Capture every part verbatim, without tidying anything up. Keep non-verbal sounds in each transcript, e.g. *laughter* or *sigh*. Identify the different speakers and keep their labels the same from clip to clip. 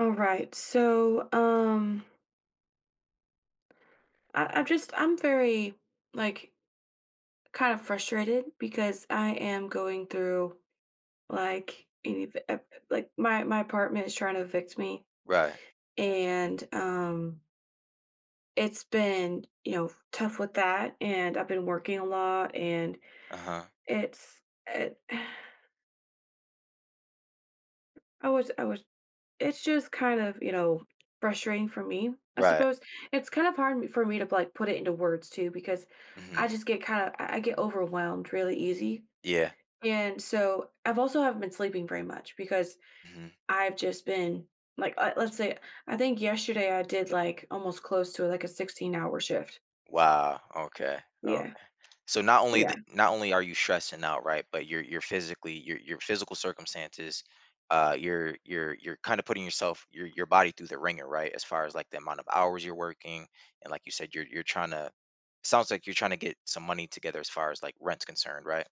Speaker 1: All right. So, um, I, I'm just, I'm very, like, kind of frustrated because I am going through, like, an ev- ep- like my my apartment is trying to evict me,
Speaker 2: Right.
Speaker 1: and um, it's been, you know, tough with that, and I've been working a lot, and
Speaker 2: Uh-huh.
Speaker 1: it's, it, *sighs* I was, I was it's just kind of, you know, frustrating for me, I
Speaker 2: Right.
Speaker 1: suppose. It's kind of hard for me to like put it into words too because
Speaker 2: Mhm.
Speaker 1: I just get kind of I I get overwhelmed really easy.
Speaker 2: Yeah.
Speaker 1: And so I've also haven't been sleeping very much because
Speaker 2: Mhm.
Speaker 1: I've just been like uh, let's say I think yesterday I did like almost close to like a sixteen hour shift.
Speaker 2: Wow. Okay.
Speaker 1: Yeah.
Speaker 2: Okay. So not only th
Speaker 1: Yeah.
Speaker 2: not only are you stressing out, right, but you're you're physically your your physical circumstances, uh, you're you're you're kinda putting yourself your your body through the ringer, right, as far as, like, the amount of hours you're working, and like you said, you're you're trying to, sounds like you're trying to get some money together as far as, like, rent's concerned, right?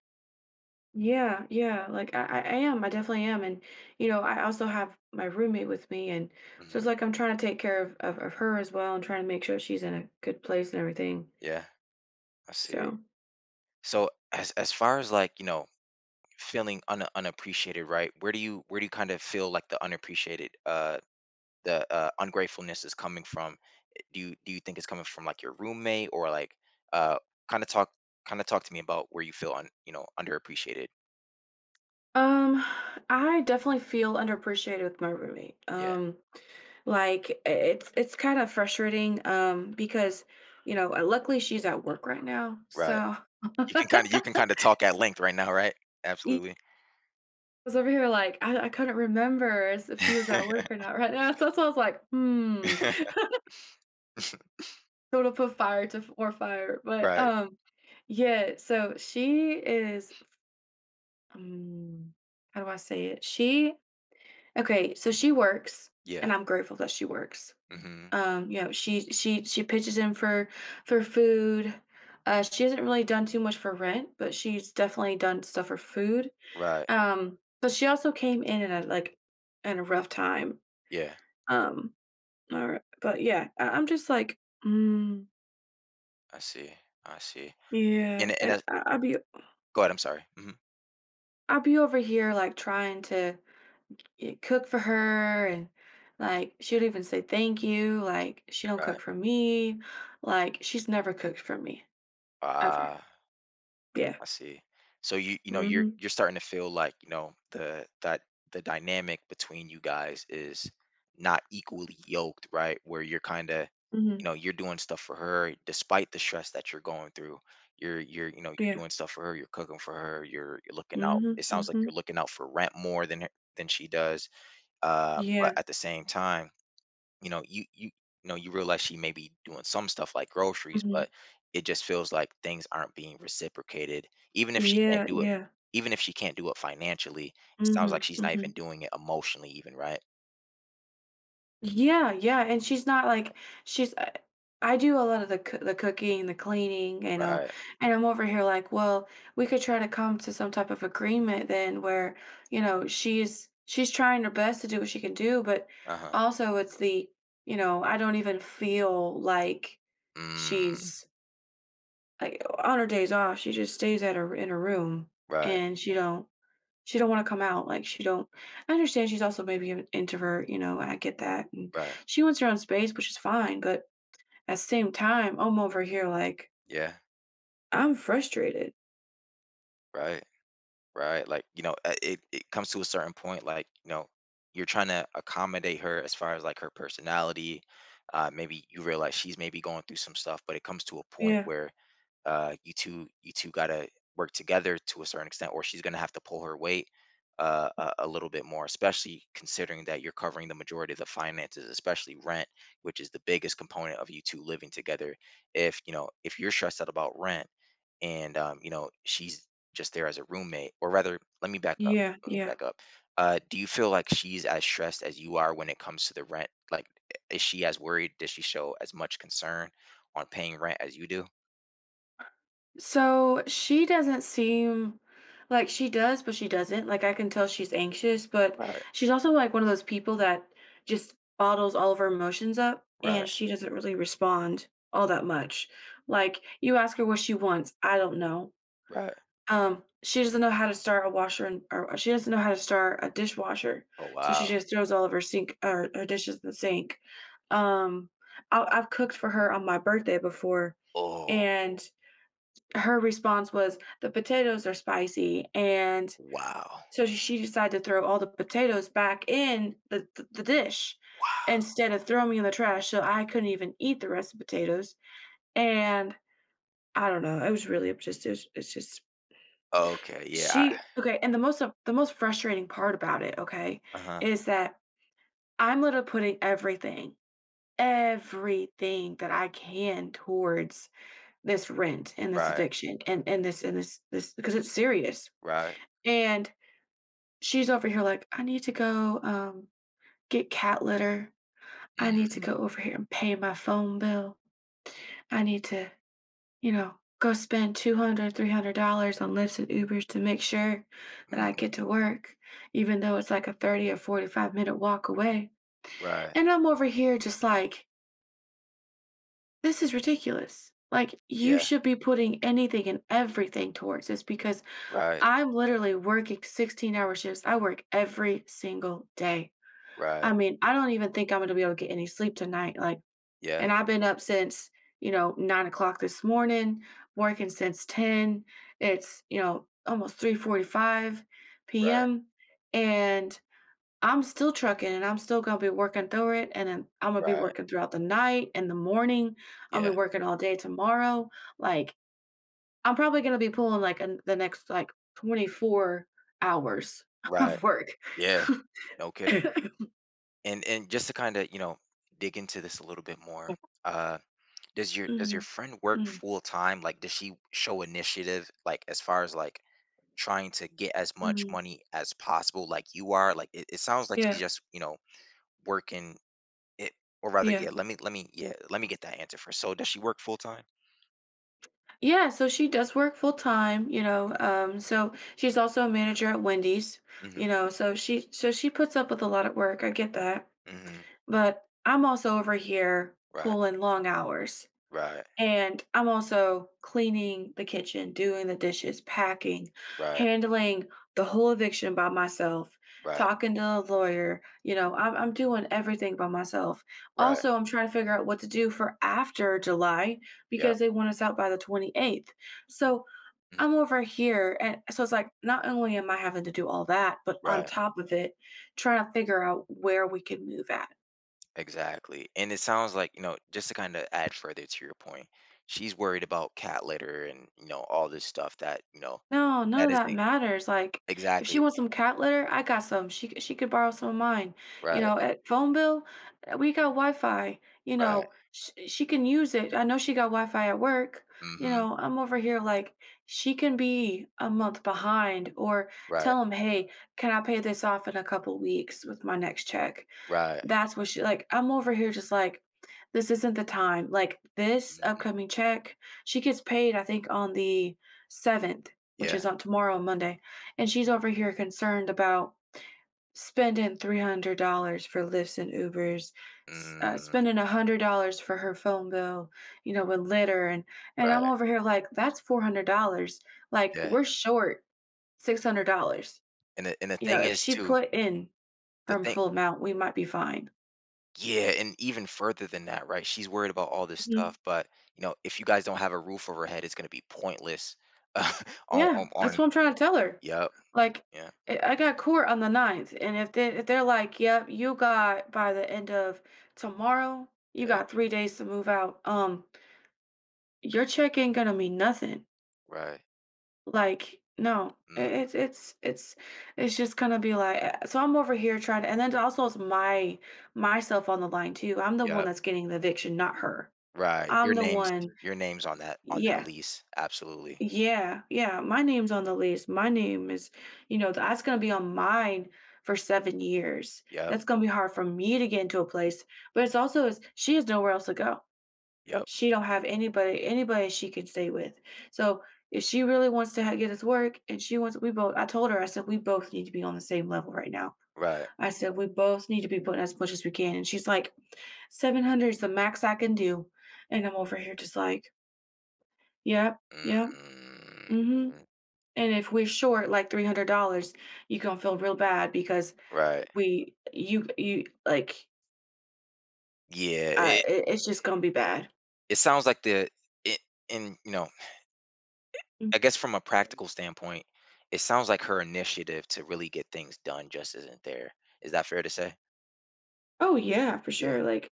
Speaker 1: Yeah, yeah. Like I, I I am. I definitely am. And you know, I also have my roommate with me, and so
Speaker 2: Mhm.
Speaker 1: it's like I'm trying to take care of of, of her as well, and trying to make sure she's in a good place and everything.
Speaker 2: Yeah, I see.
Speaker 1: So,
Speaker 2: So as as far as, like, you know feeling un- unappreciated, right? Where do you where do you kind of feel like the unappreciated uh the uh ungratefulness is coming from? Eh, do you do you think it's coming from like your roommate or like uh kind of talk kind of talk to me about where you feel un you know underappreciated?
Speaker 1: um, I definitely feel underappreciated with my roommate.
Speaker 2: Yeah,
Speaker 1: Um, like i- it's it's kind of frustrating. Um, because you know, uh, luckily she's at work right now,
Speaker 2: right.
Speaker 1: so.
Speaker 2: You can kind of you can
Speaker 1: *laughs*
Speaker 2: kind of talk at length right now, right?
Speaker 1: Yeah, I
Speaker 2: Absolutely.
Speaker 1: was over here like I, I couldn't remember as if she was at
Speaker 2: *laughs*
Speaker 1: work or not right now. *laughs* So that's why I was like, hmm. Sort of put fire to f- or fire. But
Speaker 2: Right.
Speaker 1: um yeah, so she is. um how do I say it? She okay, so she works,
Speaker 2: Yeah.
Speaker 1: and I'm grateful that she works.
Speaker 2: Hmm.
Speaker 1: Um, you know, she she she pitches in for for food. Uh, she hasn't really done too much for rent, but she's definitely done stuff for food.
Speaker 2: Right.
Speaker 1: Um, but she also came in at a, like in a rough time.
Speaker 2: Yeah.
Speaker 1: Um, all right, but yeah, I, I'm just like, mm,
Speaker 2: I see. I see.
Speaker 1: yeah,
Speaker 2: And and
Speaker 1: and
Speaker 2: I,
Speaker 1: I, I'll be
Speaker 2: go ahead. I'm sorry. Hmm.
Speaker 1: I'll be over here like trying to y- cook for her, and like she'll even say thank you. Like she don't
Speaker 2: Right.
Speaker 1: cook for me. Like she's never cooked for me ever.
Speaker 2: Ah.
Speaker 1: Yeah.
Speaker 2: I see. So you you know you're
Speaker 1: Mhm.
Speaker 2: you're starting to feel like you know the that the dynamic between you guys is not equally yoked, right? Where you're kind of you
Speaker 1: Mhm.
Speaker 2: know you're doing stuff for her despite the stress that you're going through. You're you're you know you're
Speaker 1: Yeah.
Speaker 2: doing stuff for her. You're cooking for her. You're you're looking out.
Speaker 1: Mhm.
Speaker 2: It sounds like you're
Speaker 1: Mhm.
Speaker 2: looking out for rent more than her, than she does. Uh, but
Speaker 1: Yeah.
Speaker 2: at the same time you know, you you you know, you realize she may be doing some stuff like groceries,
Speaker 1: Mhm.
Speaker 2: but it just feels like things aren't being reciprocated. Even if she can't
Speaker 1: Yeah.
Speaker 2: do it,
Speaker 1: Yeah.
Speaker 2: even if she can't do it financially, it sounds like
Speaker 1: Mhm.
Speaker 2: she's not even
Speaker 1: Mhm.
Speaker 2: doing it emotionally, even right?
Speaker 1: Yeah, yeah, and she's not like she's I I do a lot of the coo the cooking, the cleaning, you know,
Speaker 2: Right.
Speaker 1: and I'm over here like, "Well, we could try to come to some type of agreement then where, you know, she's she's trying her best to do what she can do, but
Speaker 2: Uh huh.
Speaker 1: also it's the, you know, I don't even feel like
Speaker 2: Mm,
Speaker 1: she's like on her days off, she just stays at her in her room,
Speaker 2: right.
Speaker 1: and she don't she don't wanna come out, like, she don't I understand she's also maybe an introvert, you know, I get that, and
Speaker 2: Right.
Speaker 1: she wants her own space, which is fine, but at the same time, I'm over here like,
Speaker 2: Yeah.
Speaker 1: I'm frustrated.
Speaker 2: Right. Right. Like you know, uh, it it comes to a certain point. Like you know, you're trying to accommodate her as far as like her personality. Uh, maybe you realize she's maybe going through some stuff, but it comes to a point
Speaker 1: Yeah.
Speaker 2: where uh, you two you two gotta work together to a certain extent, or she's gonna have to pull her weight uh, a, a little bit more, especially considering that you're covering the majority of the finances, especially rent, which is the biggest component of you two living together. If you know if you're stressed out about rent, and um, you know she's just there as a roommate, or rather, let me back up.
Speaker 1: Yeah,
Speaker 2: Let me
Speaker 1: yeah.
Speaker 2: back up. Uh, do you feel like she's as stressed as you are when it comes to the rent? Like, is she as worried? Does she show as much concern on paying rent as you do?
Speaker 1: So, she doesn't seem like she does, but she doesn't, like, I can tell she's anxious, but
Speaker 2: Right.
Speaker 1: she's also, like, one of those people that just bottles all of her emotions up,
Speaker 2: Right,
Speaker 1: and she doesn't really respond all that much. Like, you ask her what she wants, "I don't know."
Speaker 2: right.
Speaker 1: Um, she doesn't know how to start a washer and or she doesn't know how to start a dishwasher,
Speaker 2: Oh,
Speaker 1: so she
Speaker 2: wow.
Speaker 1: just throws all of her sink or her dishes in the sink. Um, I I've cooked for her on my birthday before,
Speaker 2: Oh,
Speaker 1: and her response was, "The potatoes are spicy," and
Speaker 2: wow,
Speaker 1: so she she decided to throw all the potatoes back in the the the dish
Speaker 2: wow.
Speaker 1: instead of throwing me in the trash, so I couldn't even eat the rest of the potatoes, and I don't know, it was really just it's it's just.
Speaker 2: Okay, yeah, I
Speaker 1: She okay, and the most of the most frustrating part about it, okay,
Speaker 2: uh-huh.
Speaker 1: is that I'm literally putting everything, everything that I can towards this rent and this
Speaker 2: Right,
Speaker 1: eviction and and this and this this because it's serious.
Speaker 2: right.
Speaker 1: And she's over here like, I need to go um get cat litter. I need to
Speaker 2: Mhm,
Speaker 1: go over here and pay my phone bill. I need to you know, go spend two hundred, three hundred dollars on Lyfts and Ubers to make sure that I get
Speaker 2: mhm.
Speaker 1: to work, even though it's like a thirty or forty-five-minute walk away.
Speaker 2: Right.
Speaker 1: And I'm over here just like, "This is ridiculous." Like, you
Speaker 2: Yeah,
Speaker 1: should be putting anything and everything towards this because
Speaker 2: right,
Speaker 1: I'm literally working sixteen-hour shifts. I work every single day.
Speaker 2: right.
Speaker 1: I mean, I don't even think I'm gonna be able to get any sleep tonight, like,
Speaker 2: Yeah,
Speaker 1: and I've been up since, you know, nine o'clock this morning, working since ten. It's, you know, almost 3:45
Speaker 2: right,
Speaker 1: PM, and I'm still trucking, and I'm still gonna be working through it, and then I'm gonna be
Speaker 2: right.
Speaker 1: working throughout the night and the morning. I'll be
Speaker 2: Yeah,
Speaker 1: working all day tomorrow. Like, I'm probably gonna be pulling, like, in the next, like, twenty-four hours *laughs*
Speaker 2: right.
Speaker 1: of work.
Speaker 2: Yeah, no kidding.
Speaker 1: *laughs*
Speaker 2: And and just to kinda, you know, dig into this a little bit more, uh, does your does your
Speaker 1: Mhm,
Speaker 2: friend work
Speaker 1: mm,
Speaker 2: full time? Like, does she show initiative, like, as far as, like, trying to get as much
Speaker 1: mhm.
Speaker 2: money as possible like you are? Like, it it sounds like she's
Speaker 1: Yeah,
Speaker 2: just, you know, working It or rather,
Speaker 1: yeah.
Speaker 2: yeah, let me let me yeah, let me get that answer first. So does she work full time?
Speaker 1: Yeah, so she does work full time, you know. Um, so she's also a manager at Wendy's,
Speaker 2: Mhm, mhm,
Speaker 1: you know. So she so she puts up with a lot of work. I get that,
Speaker 2: mhm.
Speaker 1: but I'm also over here
Speaker 2: Right,
Speaker 1: pulling long hours.
Speaker 2: right,
Speaker 1: And I'm also cleaning the kitchen, doing the dishes, packing,
Speaker 2: right,
Speaker 1: handling the whole eviction by myself,
Speaker 2: right,
Speaker 1: talking to the lawyer. You know, I'm, I'm doing everything by myself.
Speaker 2: right,
Speaker 1: Also, I'm trying to figure out what to do for after July
Speaker 2: yeah,
Speaker 1: because they want us out by the twenty-eighth. So
Speaker 2: mm,
Speaker 1: I'm over here. And so it's like, not only am I having to do all that, but on
Speaker 2: right,
Speaker 1: top of it, trying to figure out where we could move at.
Speaker 2: exactly. And it sounds like, you know, just to kind of add further to your point, she's worried about cat litter and, you know, all this stuff that, you know,
Speaker 1: No, none
Speaker 2: that
Speaker 1: of that
Speaker 2: isn't
Speaker 1: matters, like, if she
Speaker 2: exactly
Speaker 1: wants some cat litter, I got some, she c she could borrow some of mine, you
Speaker 2: right,
Speaker 1: know, at phone bill, eh, we got Wi-Fi, you
Speaker 2: right,
Speaker 1: know, sh she can use it, I know she got Wi-Fi at work, you
Speaker 2: mm-hmm,
Speaker 1: know, I'm over here like, she can be a month behind or
Speaker 2: right,
Speaker 1: tell tell 'em, "Hey, can I pay this off in a couple weeks with my next check?"
Speaker 2: right,
Speaker 1: That's what she like, I'm over here just like, "This isn't the time." Like, this
Speaker 2: mhm,
Speaker 1: upcoming check she gets paid, I think, on the seventh, which
Speaker 2: yeah,
Speaker 1: is on tomorrow, Monday, and she's over here concerned about spending three hundred dollars for Lyfts and Ubers, s uh,
Speaker 2: mm,
Speaker 1: spending one hundred dollars for her phone bill, you know, with litter, and and
Speaker 2: right,
Speaker 1: I'm over here like, "That's four hundred dollars." Like,
Speaker 2: yeah.
Speaker 1: we're short six hundred dollars.
Speaker 2: And the, and the
Speaker 1: You know,
Speaker 2: thing
Speaker 1: if
Speaker 2: is
Speaker 1: she
Speaker 2: too,
Speaker 1: put in
Speaker 2: the
Speaker 1: her
Speaker 2: thing.
Speaker 1: full amount, we might be fine.
Speaker 2: Yeah, and even further than that, right? She's worried about all this stuff, but you know, if you guys don't have a roof over her head, it's gonna be pointless. *laughs* Uh, on,
Speaker 1: Yeah,
Speaker 2: on, on,
Speaker 1: that's what I'm trying to tell her.
Speaker 2: yep,
Speaker 1: Like,
Speaker 2: yeah,
Speaker 1: I I got court on the ninth, and if they if they're like, "Yep, you got by the end of tomorrow, you
Speaker 2: yeah,
Speaker 1: got three days to move out," um, your check ain't gonna mean nothing.
Speaker 2: right,
Speaker 1: Like, no. I
Speaker 2: mm,
Speaker 1: it's it's it's it's just gonna be like eh so I'm over here trying to and then also it's my myself on the line too. I'm the one
Speaker 2: yep,
Speaker 1: that's getting the eviction, not her.
Speaker 2: right. Your
Speaker 1: I'm the
Speaker 2: name's
Speaker 1: one.
Speaker 2: your name's on that on that
Speaker 1: Yeah.
Speaker 2: lease, absolutely.
Speaker 1: Yeah, yeah, my name's on the list. My name is, you know, that's gonna be on mine for seven years.
Speaker 2: Yep,
Speaker 1: That's gonna be hard for me to get into a place, but it's also is she has nowhere else to go.
Speaker 2: yep,
Speaker 1: She don't have anybody anybody she can stay with. So, if she really wants to ha get this work, and she wants we both I told her, I said, "We both need to be on the same level right now."
Speaker 2: right,
Speaker 1: I said, "We both need to be putting as much as we can," and she's like, "seven hundred is the max I can do." And I'm over here just like, "Yep, yep,
Speaker 2: mm,
Speaker 1: mm-hmm.
Speaker 2: mm,
Speaker 1: And if we're short like three hundred dollars you gonna feel real bad because
Speaker 2: right.
Speaker 1: we you you like,
Speaker 2: Yeah,
Speaker 1: uh,
Speaker 2: it
Speaker 1: it it's just gonna be bad.
Speaker 2: it sounds like the it and you know, I
Speaker 1: Mhm.
Speaker 2: guess from a practical standpoint, it sounds like her initiative to really get things done just isn't there. Is that fair to say?
Speaker 1: Oh yeah, for
Speaker 2: Yeah,
Speaker 1: sure. Like,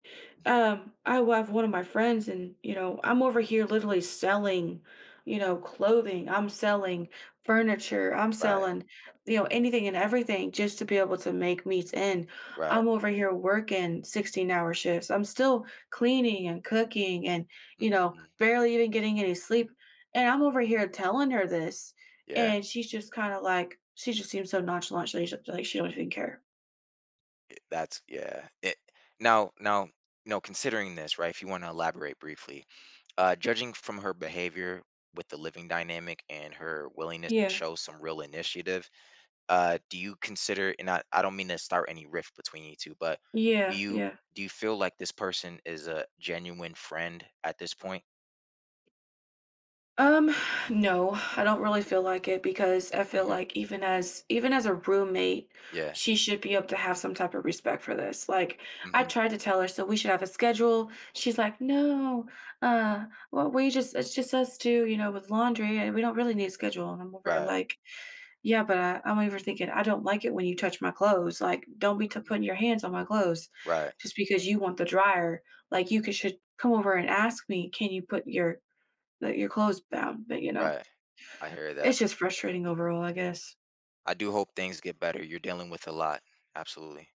Speaker 1: um, I w- have one of my friends, and you know, I'm over here literally selling, you know, clothing. I'm selling furniture. I'm
Speaker 2: right,
Speaker 1: selling, you know, anything and everything just to be able to make meets end.
Speaker 2: right.
Speaker 1: I'm over here working sixteen-hour shifts. I'm still cleaning and cooking, and you know,
Speaker 2: Mhm.
Speaker 1: barely even getting any sleep. And I'm over here telling her this,
Speaker 2: Yeah,
Speaker 1: and she's just kind of like, she just seems so nonchalant. She like she don't even care.
Speaker 2: I that's yeah. It now now, no, considering this, right, if you wanna elaborate briefly, uh, judging from her behavior with the living dynamic and her willingness to
Speaker 1: Yeah.
Speaker 2: show some real initiative, uh, do you consider and I I don't mean to start any rift between you two, but do
Speaker 1: Yeah.
Speaker 2: you
Speaker 1: Yeah.
Speaker 2: do you feel like this person is a genuine friend at this point?
Speaker 1: Um, *sighs* no, I don't really feel like it because I feel
Speaker 2: Mhm.
Speaker 1: like even as even as a roommate,
Speaker 2: Yeah.
Speaker 1: she should be able to have some type of respect for this. Like I
Speaker 2: Mhm.
Speaker 1: tried to tell her, so we should have a schedule. She's like, no, uh, well, we just it's just us two, you know, with laundry, and we don't really need a schedule. And I'm over here
Speaker 2: Right.
Speaker 1: like, yeah, but I, I'm over thinking I don't like it when you touch my clothes. Like, don't be t-
Speaker 2: Mhm.
Speaker 1: putting your hands on my clothes
Speaker 2: Right,
Speaker 1: just because you want the dryer. Like, you could should come over and ask me, can you put your that you're closed bound, but, you know,
Speaker 2: right. I hear that.
Speaker 1: it's just frustrating overall, I guess.
Speaker 2: I do hope things get better. You're dealing with a lot. Absolutely.